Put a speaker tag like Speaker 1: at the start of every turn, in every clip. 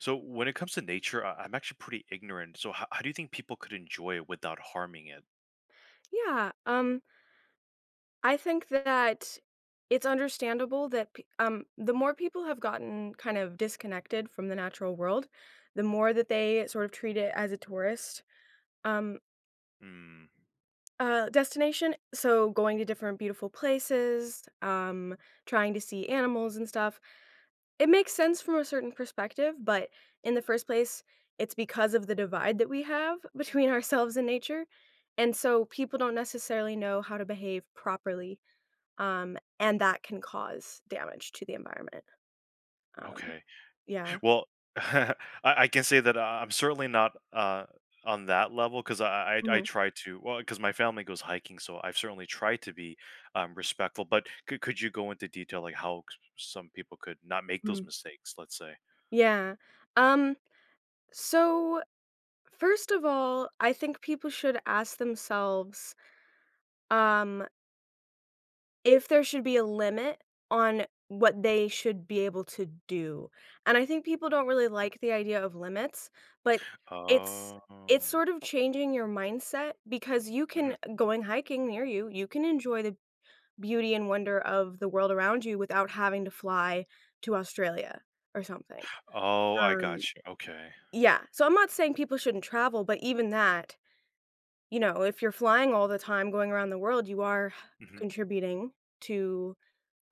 Speaker 1: So when it comes to nature, I'm actually pretty ignorant. So how do you think people could enjoy it without harming it?
Speaker 2: Yeah, um, I think that it's understandable that the more people have gotten kind of disconnected from the natural world, the more that they sort of treat it as a tourist um,
Speaker 1: Mm,
Speaker 2: destination. So going to different beautiful places, trying to see animals and stuff. It makes sense from a certain perspective, but in the first place, it's because of the divide that we have between ourselves and nature. And so people don't necessarily know how to behave properly. And that can cause damage to the environment. Um,
Speaker 1: okay.
Speaker 2: yeah.
Speaker 1: Well, I, I can say that I'm certainly not on that level because I
Speaker 2: Mhm,
Speaker 1: try to well because my family goes hiking, so I've certainly tried to be respectful. But could you go into detail like some people could not make those
Speaker 2: mhm.
Speaker 1: mistakes? Let's say.
Speaker 2: Yeah. Um, so first of all, I think people should ask themselves, um, if there should be a limit on what they should be able to do. And I think people don't really like the idea of limits, but it's it's
Speaker 1: Oh.
Speaker 2: sort of changing your mindset because you
Speaker 1: Mhm.
Speaker 2: can going hiking near you, you can enjoy the beauty and wonder of the world around you without having to fly to Australia or something.
Speaker 1: Oh, I got
Speaker 2: Um,
Speaker 1: you. Okay.
Speaker 2: yeah, so I'm not saying people shouldn't travel, but even that, if you're flying all the time going around the world, you are
Speaker 1: Hmm.
Speaker 2: contributing to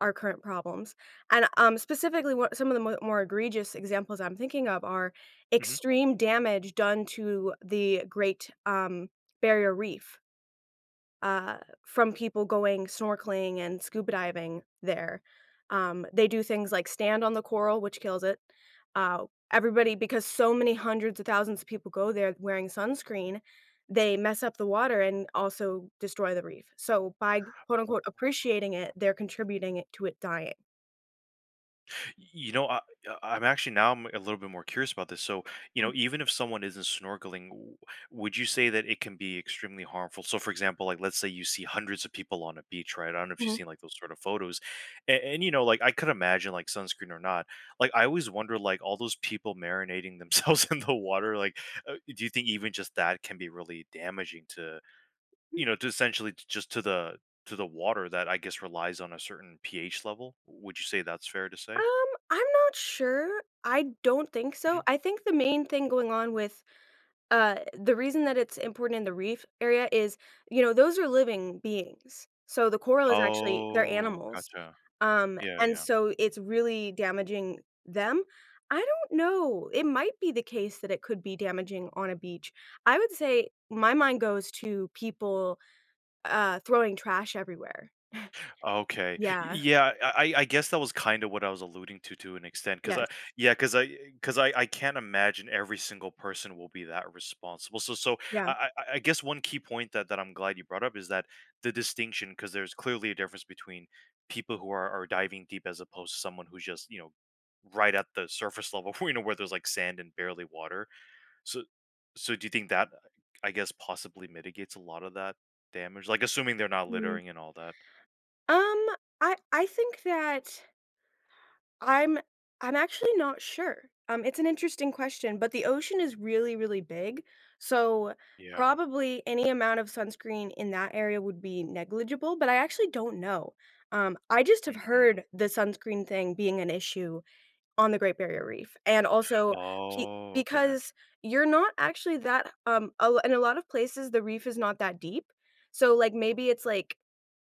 Speaker 2: our current problems. And Specifically, what some of the more egregious examples I'm thinking of are extreme damage done to the Great Barrier Reef, uh, from people going snorkeling and scuba diving there. They do things like stand on the coral, which kills it. Uh, Everybody, because so many hundreds of thousands of people go there wearing sunscreen, they mess up the water and also destroy the reef. So by quote
Speaker 1: Hmm.
Speaker 2: unquote appreciating it, they're contributing it to it dying.
Speaker 1: You know, I- am Actually, now I'm a little bit more curious about this. So, you know,
Speaker 2: Mhm.
Speaker 1: even if someone isn't snorkeling, would you say that it can be extremely harmful? So, for example, like let's say you see hundreds of people on a beach, right? I don't know if you've
Speaker 2: Mhm.
Speaker 1: seen like those sort of photos, and you know, like I could imagine like sunscreen or not. Like I always wonder, like all those people marinating themselves in the water. Like, do you think even just that can be really damaging to to essentially just to the water that I guess relies on a certain pH level? Would you say that's fair to say?
Speaker 2: I'm not sure. I don't think so. I think the main thing going on with— the reason that it's important in the reef area is, you know, those are living beings. So the coral is actually, they're
Speaker 1: Oh,
Speaker 2: animals.
Speaker 1: gotcha. Yeah,
Speaker 2: And
Speaker 1: yeah.
Speaker 2: so it's really damaging them. I don't know. It might be the case that it could be damaging on a beach. I would say my mind goes to people throwing trash everywhere.
Speaker 1: Okay. Y
Speaker 2: Yeah.
Speaker 1: Yeah, I guess that was kinda what I was alluding to an extent, cause I
Speaker 2: Yes.
Speaker 1: yeah, cause I can't imagine every single person will be that responsible. So so
Speaker 2: Yeah.
Speaker 1: I guess one key point that that I'm glad you brought up is that the distinction, cause there's clearly a difference between people who are diving deep as opposed to someone who's just, you know, right at the surface level, you know, where there's, like, sand and barely water. So do you think that, I guess, possibly mitigates a lot of that damage? Like, assuming they're not
Speaker 2: Mm.
Speaker 1: littering and all that.
Speaker 2: Um, I think that I'm I'm actually not sure. It's an interesting question, but the ocean is really, really big. So
Speaker 1: Yeah.
Speaker 2: probably any amount of sunscreen in that area would be negligible, but I actually don't know. I just have
Speaker 1: Mm.
Speaker 2: heard the sunscreen thing being an issue on the Great Barrier Reef, and also pe-
Speaker 1: Oh, okay.
Speaker 2: because you're not actually that a, in a lot of places the reef is not that deep. So like maybe it's like,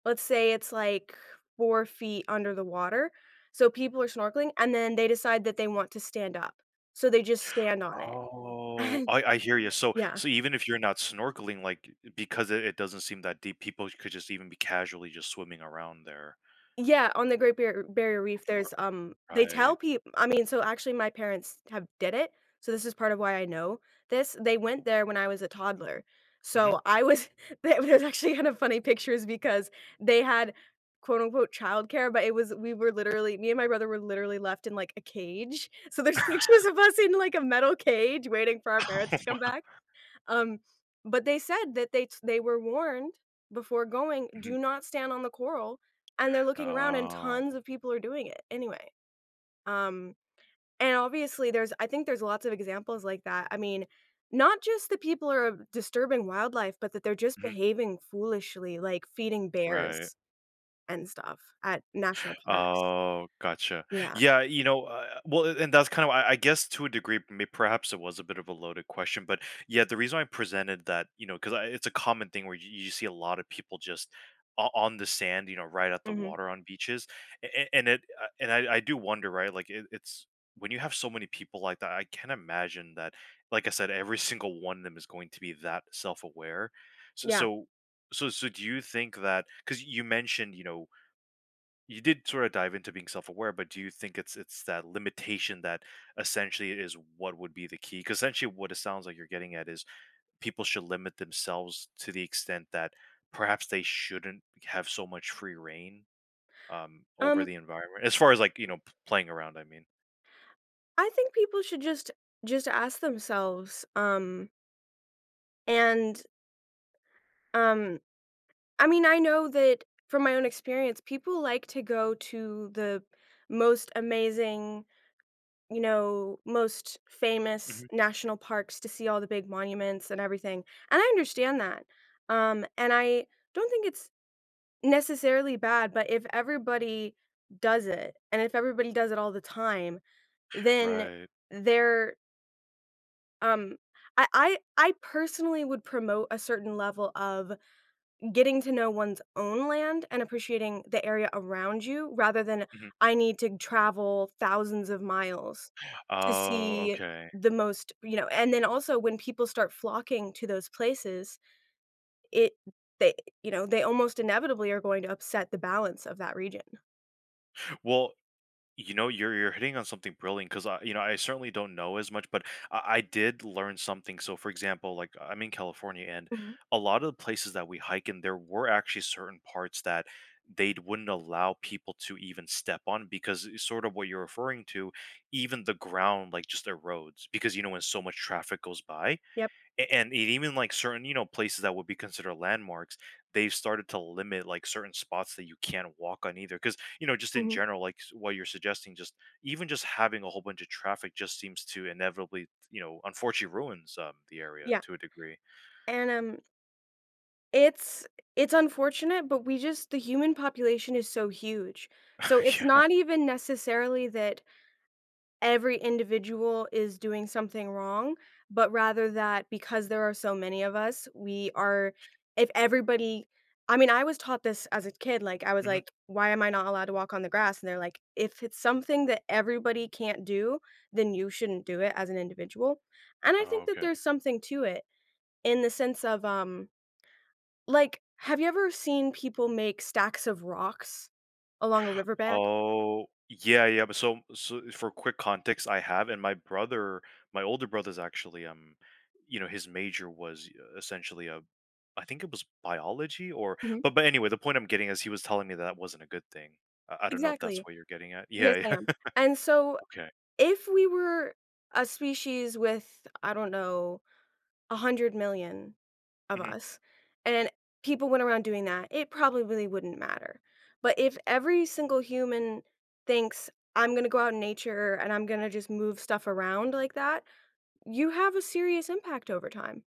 Speaker 2: let's say it's like 4 feet under the water, so people are snorkeling, and then they decide that they want to stand up, so they just stand on
Speaker 1: Oh,
Speaker 2: it.
Speaker 1: I hear you. So
Speaker 2: Yeah.
Speaker 1: so even if you're not snorkeling, like, because it doesn't seem that deep, people could just even be casually just swimming around there.
Speaker 2: Yeah, on the Great Barrier Reef,
Speaker 1: R
Speaker 2: there's, um, they tell
Speaker 1: Right.
Speaker 2: people. I mean, so actually my parents have did it, so this is part of why I know this. They went there when I was a toddler,
Speaker 1: Mhm.
Speaker 2: so I was there was actually kind of funny pictures because they had quote unquote "childcare," but it was, we were literally, me and my brother were literally left in, like, a cage. So there's pictures of us in, like, a metal cage waiting for our parents to come
Speaker 1: Oh,
Speaker 2: back. Um, but they said that they t they were warned before going,
Speaker 1: mhm.
Speaker 2: "Do not stand on the coral," and they're looking around and
Speaker 1: Oh,
Speaker 2: tons of people are doing it anyway. Um, and obviously there's, I think there's lots of examples like that. I mean, not just that people are disturbing wildlife, but that they're just
Speaker 1: mhm.
Speaker 2: behaving foolishly, like feeding
Speaker 1: Right.
Speaker 2: bears and stuff at national parks.
Speaker 1: Oh, gotcha.
Speaker 2: Yeah.
Speaker 1: Yeah, you know, well, and that's kind of, I guess, to a degree, may perhaps it was a bit of a loaded question, but yeah, the reason I presented that, you know, because it's a common thing where you see a lot of people just on the sand, you know, right at the
Speaker 2: Mhm.
Speaker 1: water on beaches, and it, and I do wonder, right, like it's when you have so many people like that, I can not imagine that, like I said, every single one of them is going to be that self-aware. So,
Speaker 2: Yeah.
Speaker 1: so, so do you think that? Because you mentioned, you know you did sort of dive into being self-aware, but do you think it's that limitation that essentially is what would be the key? Because essentially, what it sounds like you're getting at is people should limit themselves to the extent that perhaps they shouldn't have so much free reign over
Speaker 2: Um,
Speaker 1: the environment, as far as like you know playing around. I mean,
Speaker 2: I think people should just ask themselves, and, um I mean, I know that from my own experience, people like to go to the most amazing, you know, most famous
Speaker 1: mhm.
Speaker 2: national parks to see all the big monuments and everything. And I understand that. And I don't think it's necessarily bad, but if everybody does it and if everybody does it all the time, then
Speaker 1: Right.
Speaker 2: they're— um I personally would promote a certain level of getting to know one's own land and appreciating the area around you rather than,
Speaker 1: Mhm.
Speaker 2: "I need to travel thousands of miles to
Speaker 1: Oh,
Speaker 2: see
Speaker 1: okay.
Speaker 2: the most," you know, and then also when people start flocking to those places, it they you know, they almost inevitably are going to upset the balance of that region.
Speaker 1: Well, you know, you're hitting on something brilliant because you know, I certainly don't know as much, but I did learn something. So, for example, like I'm in California, and
Speaker 2: Mhm.
Speaker 1: a lot of the places that we hike in, there were actually certain parts that they wouldn't allow people to even step on because it's sort of what you're referring to, even the ground like just erodes because you know when so much traffic goes by.
Speaker 2: Yep.
Speaker 1: And it even like certain you know places that would be considered landmarks they've started to limit like certain spots that you can't walk on either because you know just in
Speaker 2: Mhm.
Speaker 1: general like what you're suggesting just even just having a whole bunch of traffic just seems to inevitably you know unfortunately ruins the area
Speaker 2: Yeah,
Speaker 1: to a degree.
Speaker 2: and, it's it's unfortunate, but we just, the human population is so huge. So it's
Speaker 1: Yeah.
Speaker 2: not even necessarily that every individual is doing something wrong, but rather that because there are so many of us, we are— if everybody— I mean, I was taught this as a kid, like, I was
Speaker 1: Hmm.
Speaker 2: like, "Why am I not allowed to walk on the grass?" And they're like, "If it's something that everybody can't do, then you shouldn't do it as an individual." And I
Speaker 1: Oh,
Speaker 2: think that
Speaker 1: okay.
Speaker 2: there's something to it in the sense of, like, have you ever seen people make stacks of rocks along a riverbank?
Speaker 1: Oh, yeah, yeah, but so so for quick context, I have and my brother, my older brother's actually you know, his major was essentially a I think it was biology or
Speaker 2: Mhm.
Speaker 1: but anyway, the point I'm getting is he was telling me that wasn't a good thing. I don't know if that's
Speaker 2: Exactly.
Speaker 1: what you're getting at.
Speaker 2: Yes,
Speaker 1: Yeah,
Speaker 2: I
Speaker 1: yeah.
Speaker 2: am. And so,
Speaker 1: Okay.
Speaker 2: if we were a species with, I don't know, 100 million of
Speaker 1: Hmm.
Speaker 2: us, and people went around doing that, it probably really wouldn't matter. But if every single human thinks, "I'm gonna go out in nature and I'm gonna just move stuff around like that," you have a serious impact over time.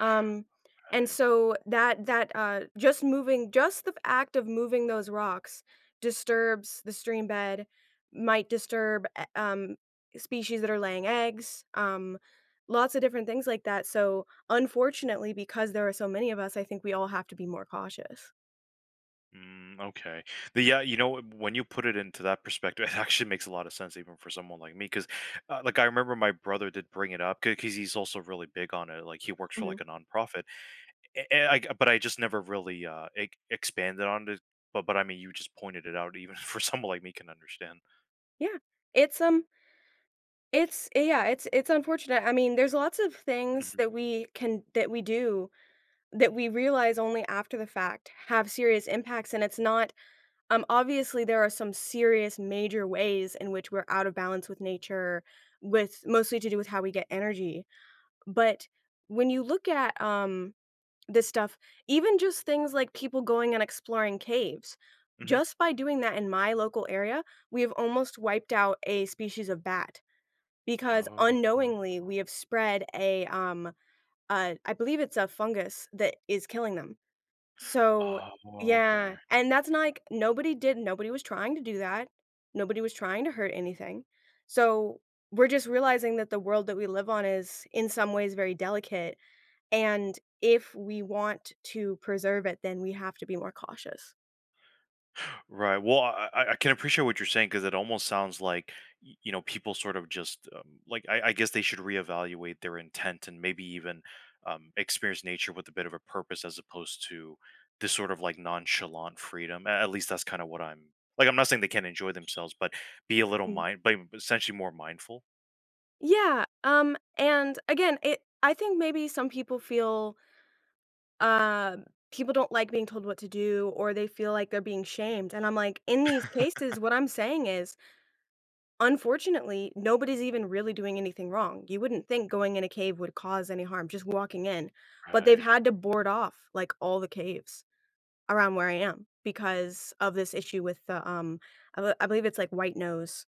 Speaker 2: Um, and
Speaker 1: Right.
Speaker 2: so that that, uh, just moving, just the act of moving those rocks disturbs the stream bed, might disturb, species that are laying eggs, lots of different things like that. So, unfortunately, because there are so many of us, I think we all have to be more cautious.
Speaker 1: Mm, okay. Yeah, you know, when you put it into that perspective, it actually makes a lot of sense, even for someone like me, because, like, I remember my brother did bring it up because he's also really big on it. Like, he works for like
Speaker 2: Mhm.
Speaker 1: a nonprofit, but I just never really, e expanded on it, but, I mean, you just pointed it out even for someone like me can understand.
Speaker 2: Yeah. It's, yeah, it's unfortunate. I mean, there's lots of things
Speaker 1: Mhm,
Speaker 2: that we do that we realize only after the fact have serious impacts, and it's not— um, obviously, there are some serious major ways in which we're out of balance with nature, with mostly to do with how we get energy. But when you look at this stuff, even just things like people going and exploring caves,
Speaker 1: mhm.
Speaker 2: just by doing that in my local area, we have almost wiped out a species of bat because
Speaker 1: Oh,
Speaker 2: unknowingly we have spread a, I believe it's a fungus that is killing them. So
Speaker 1: oh, okay.
Speaker 2: yeah, and that's not like— nobody did, nobody was trying to do that. Nobody was trying to hurt anything. So we're just realizing that the world that we live on is in some ways very delicate, and if we want to preserve it, then we have to be more cautious.
Speaker 1: Right. Well, I can appreciate what you're saying because it almost sounds like you know people sort of just like I guess they should reevaluate their intent and maybe even experience nature with a bit of a purpose as opposed to this sort of like nonchalant freedom. At least that's kind of what I'm like. I'm not saying they can't enjoy themselves, but be a little
Speaker 2: Mm.
Speaker 1: mind, but essentially more mindful.
Speaker 2: Yeah, and again, it— I think maybe some people feel, um, people don't like being told what to do, or they feel like they're being shamed, and I'm like, in these cases, what I'm saying is, unfortunately, nobody's even really doing anything wrong. You wouldn't think going in a cave would cause any harm, just walking in, but they've
Speaker 1: Right.
Speaker 2: had to board off, like, all the caves around where I am because of this issue with the, I believe it's, like, white nose,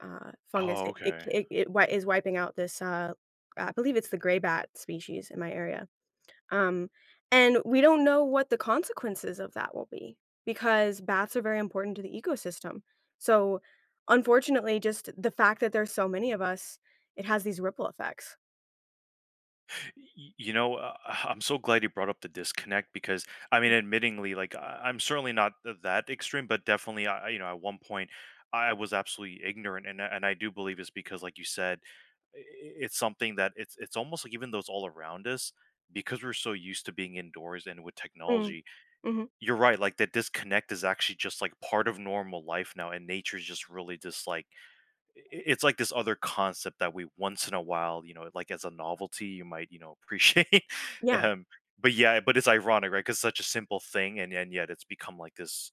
Speaker 2: fungus.
Speaker 1: Oh,
Speaker 2: It it
Speaker 1: okay.
Speaker 2: it it wi is wiping out this, uh, I believe it's the gray bat species in my area. Um, and we don't know what the consequences of that will be because bats are very important to the ecosystem. So, unfortunately, just the fact that there's so many of us, it has these ripple effects.
Speaker 1: You know, I'm so glad you brought up the disconnect because I mean,
Speaker 2: Mhm.
Speaker 1: admittingly, like I'm certainly not that extreme, but definitely, you know, at one point I was absolutely ignorant, and and I do believe it's because, like you said, i- i- it's something that it's almost like even though it's all around us, because we're so used to being indoors and with
Speaker 2: Mm,
Speaker 1: technology,
Speaker 2: mhm.
Speaker 1: you're right. Like that disconnect is actually just like part of normal life now, and nature's just really just like it's like this other concept that we once in a while, you know, like as a novelty, you might, you know, appreciate.
Speaker 2: Yeah,
Speaker 1: um, but yeah, but it's ironic, right? Because such a simple thing, and yet it's become like this,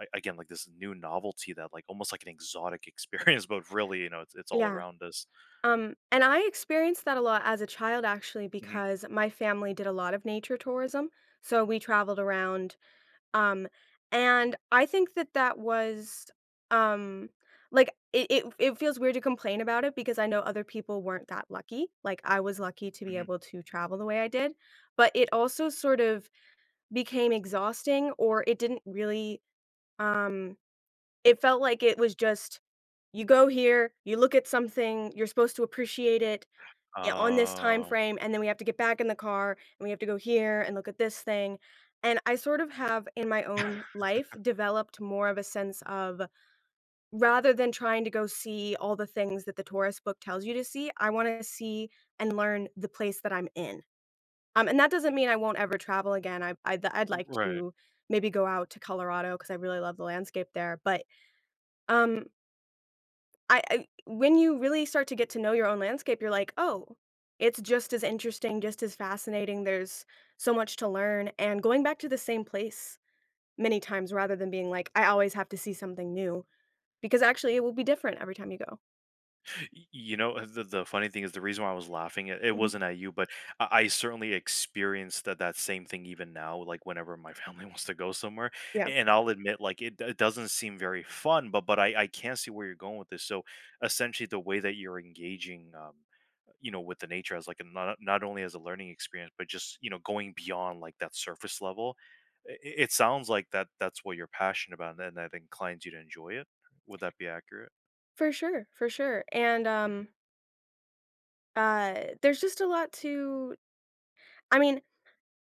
Speaker 1: again, like this new novelty that, like, almost like an exotic experience. But really, you know, it's all
Speaker 2: yeah.
Speaker 1: around us.
Speaker 2: And I experienced that a lot as a child actually
Speaker 1: Hmm.
Speaker 2: because my family did a lot of nature tourism. So we traveled around. Um, and I think that that was— um it feels weird to complain about it because I know other people weren't that lucky. Like, I was lucky to be able
Speaker 1: Hmm.
Speaker 2: to travel the way I did, but it also sort of became exhausting, or it didn't really— um, it felt like it was just, you go here, you look at something, you're supposed to appreciate it, yeah, on this time
Speaker 1: Uh,
Speaker 2: frame, and then we have to get back in the car, and we have to go here and look at this thing, and I sort of have, in my own life, developed more of a sense of, rather than trying to go see all the things that the tourist book tells you to see, I wanna see and learn the place that I'm in. And that doesn't mean I won't ever travel again, I'd like
Speaker 1: right.
Speaker 2: to maybe go out to Colorado because I really love the landscape there, but, um I when you really start to get to know your own landscape, you're like, "Oh, it's just as interesting, just as fascinating, there's so much to learn," and going back to the same place many times rather than being like, "I always have to see something new," because actually it will be different every time you go.
Speaker 1: You know, the funny thing is the reason why I was laughing, it
Speaker 2: Mhm.
Speaker 1: wasn't at you, but I certainly experienced that that same thing even now, like whenever my family wants to go somewhere.
Speaker 2: Yeah.
Speaker 1: And I'll admit, like it doesn't seem very fun, but I can't see where you're going with this. So essentially the way that you're engaging you know with the nature as like a not only as a learning experience but just you know going beyond like that surface level it sounds like that that's what you're passionate about and that inclines you to enjoy it would that be accurate.
Speaker 2: For sure, and, there's just a lot to— I mean,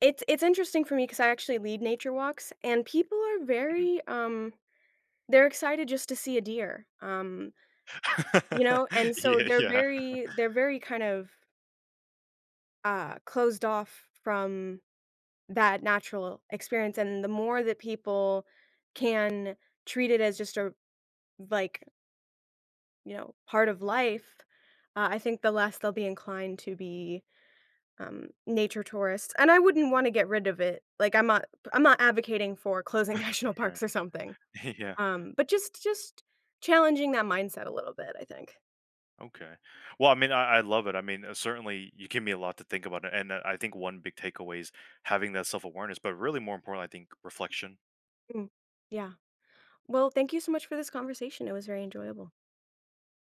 Speaker 2: it's interesting for me because I actually lead nature walks, and people are very, they're excited just to see a deer, um, you know, and so
Speaker 1: Yeah,
Speaker 2: they're
Speaker 1: yeah,
Speaker 2: very— they're very kind of, closed off from that natural experience, and the more that people can treat it as just a, like, you know, part of life, I think the less they'll be inclined to be, nature tourists, and I wouldn't wanna get rid of it, like, I'm not advocating for closing national parks or something,
Speaker 1: right. Yeah,
Speaker 2: but just challenging that mindset a little bit, I think.
Speaker 1: okay. Well, I mean, I love it. I mean, certainly you give me a lot to think about, and, I think one big takeaway is having that self-awareness, but really more importantly, I think reflection.
Speaker 2: Mm. Yeah. Well, thank you so much for this conversation. It was very enjoyable.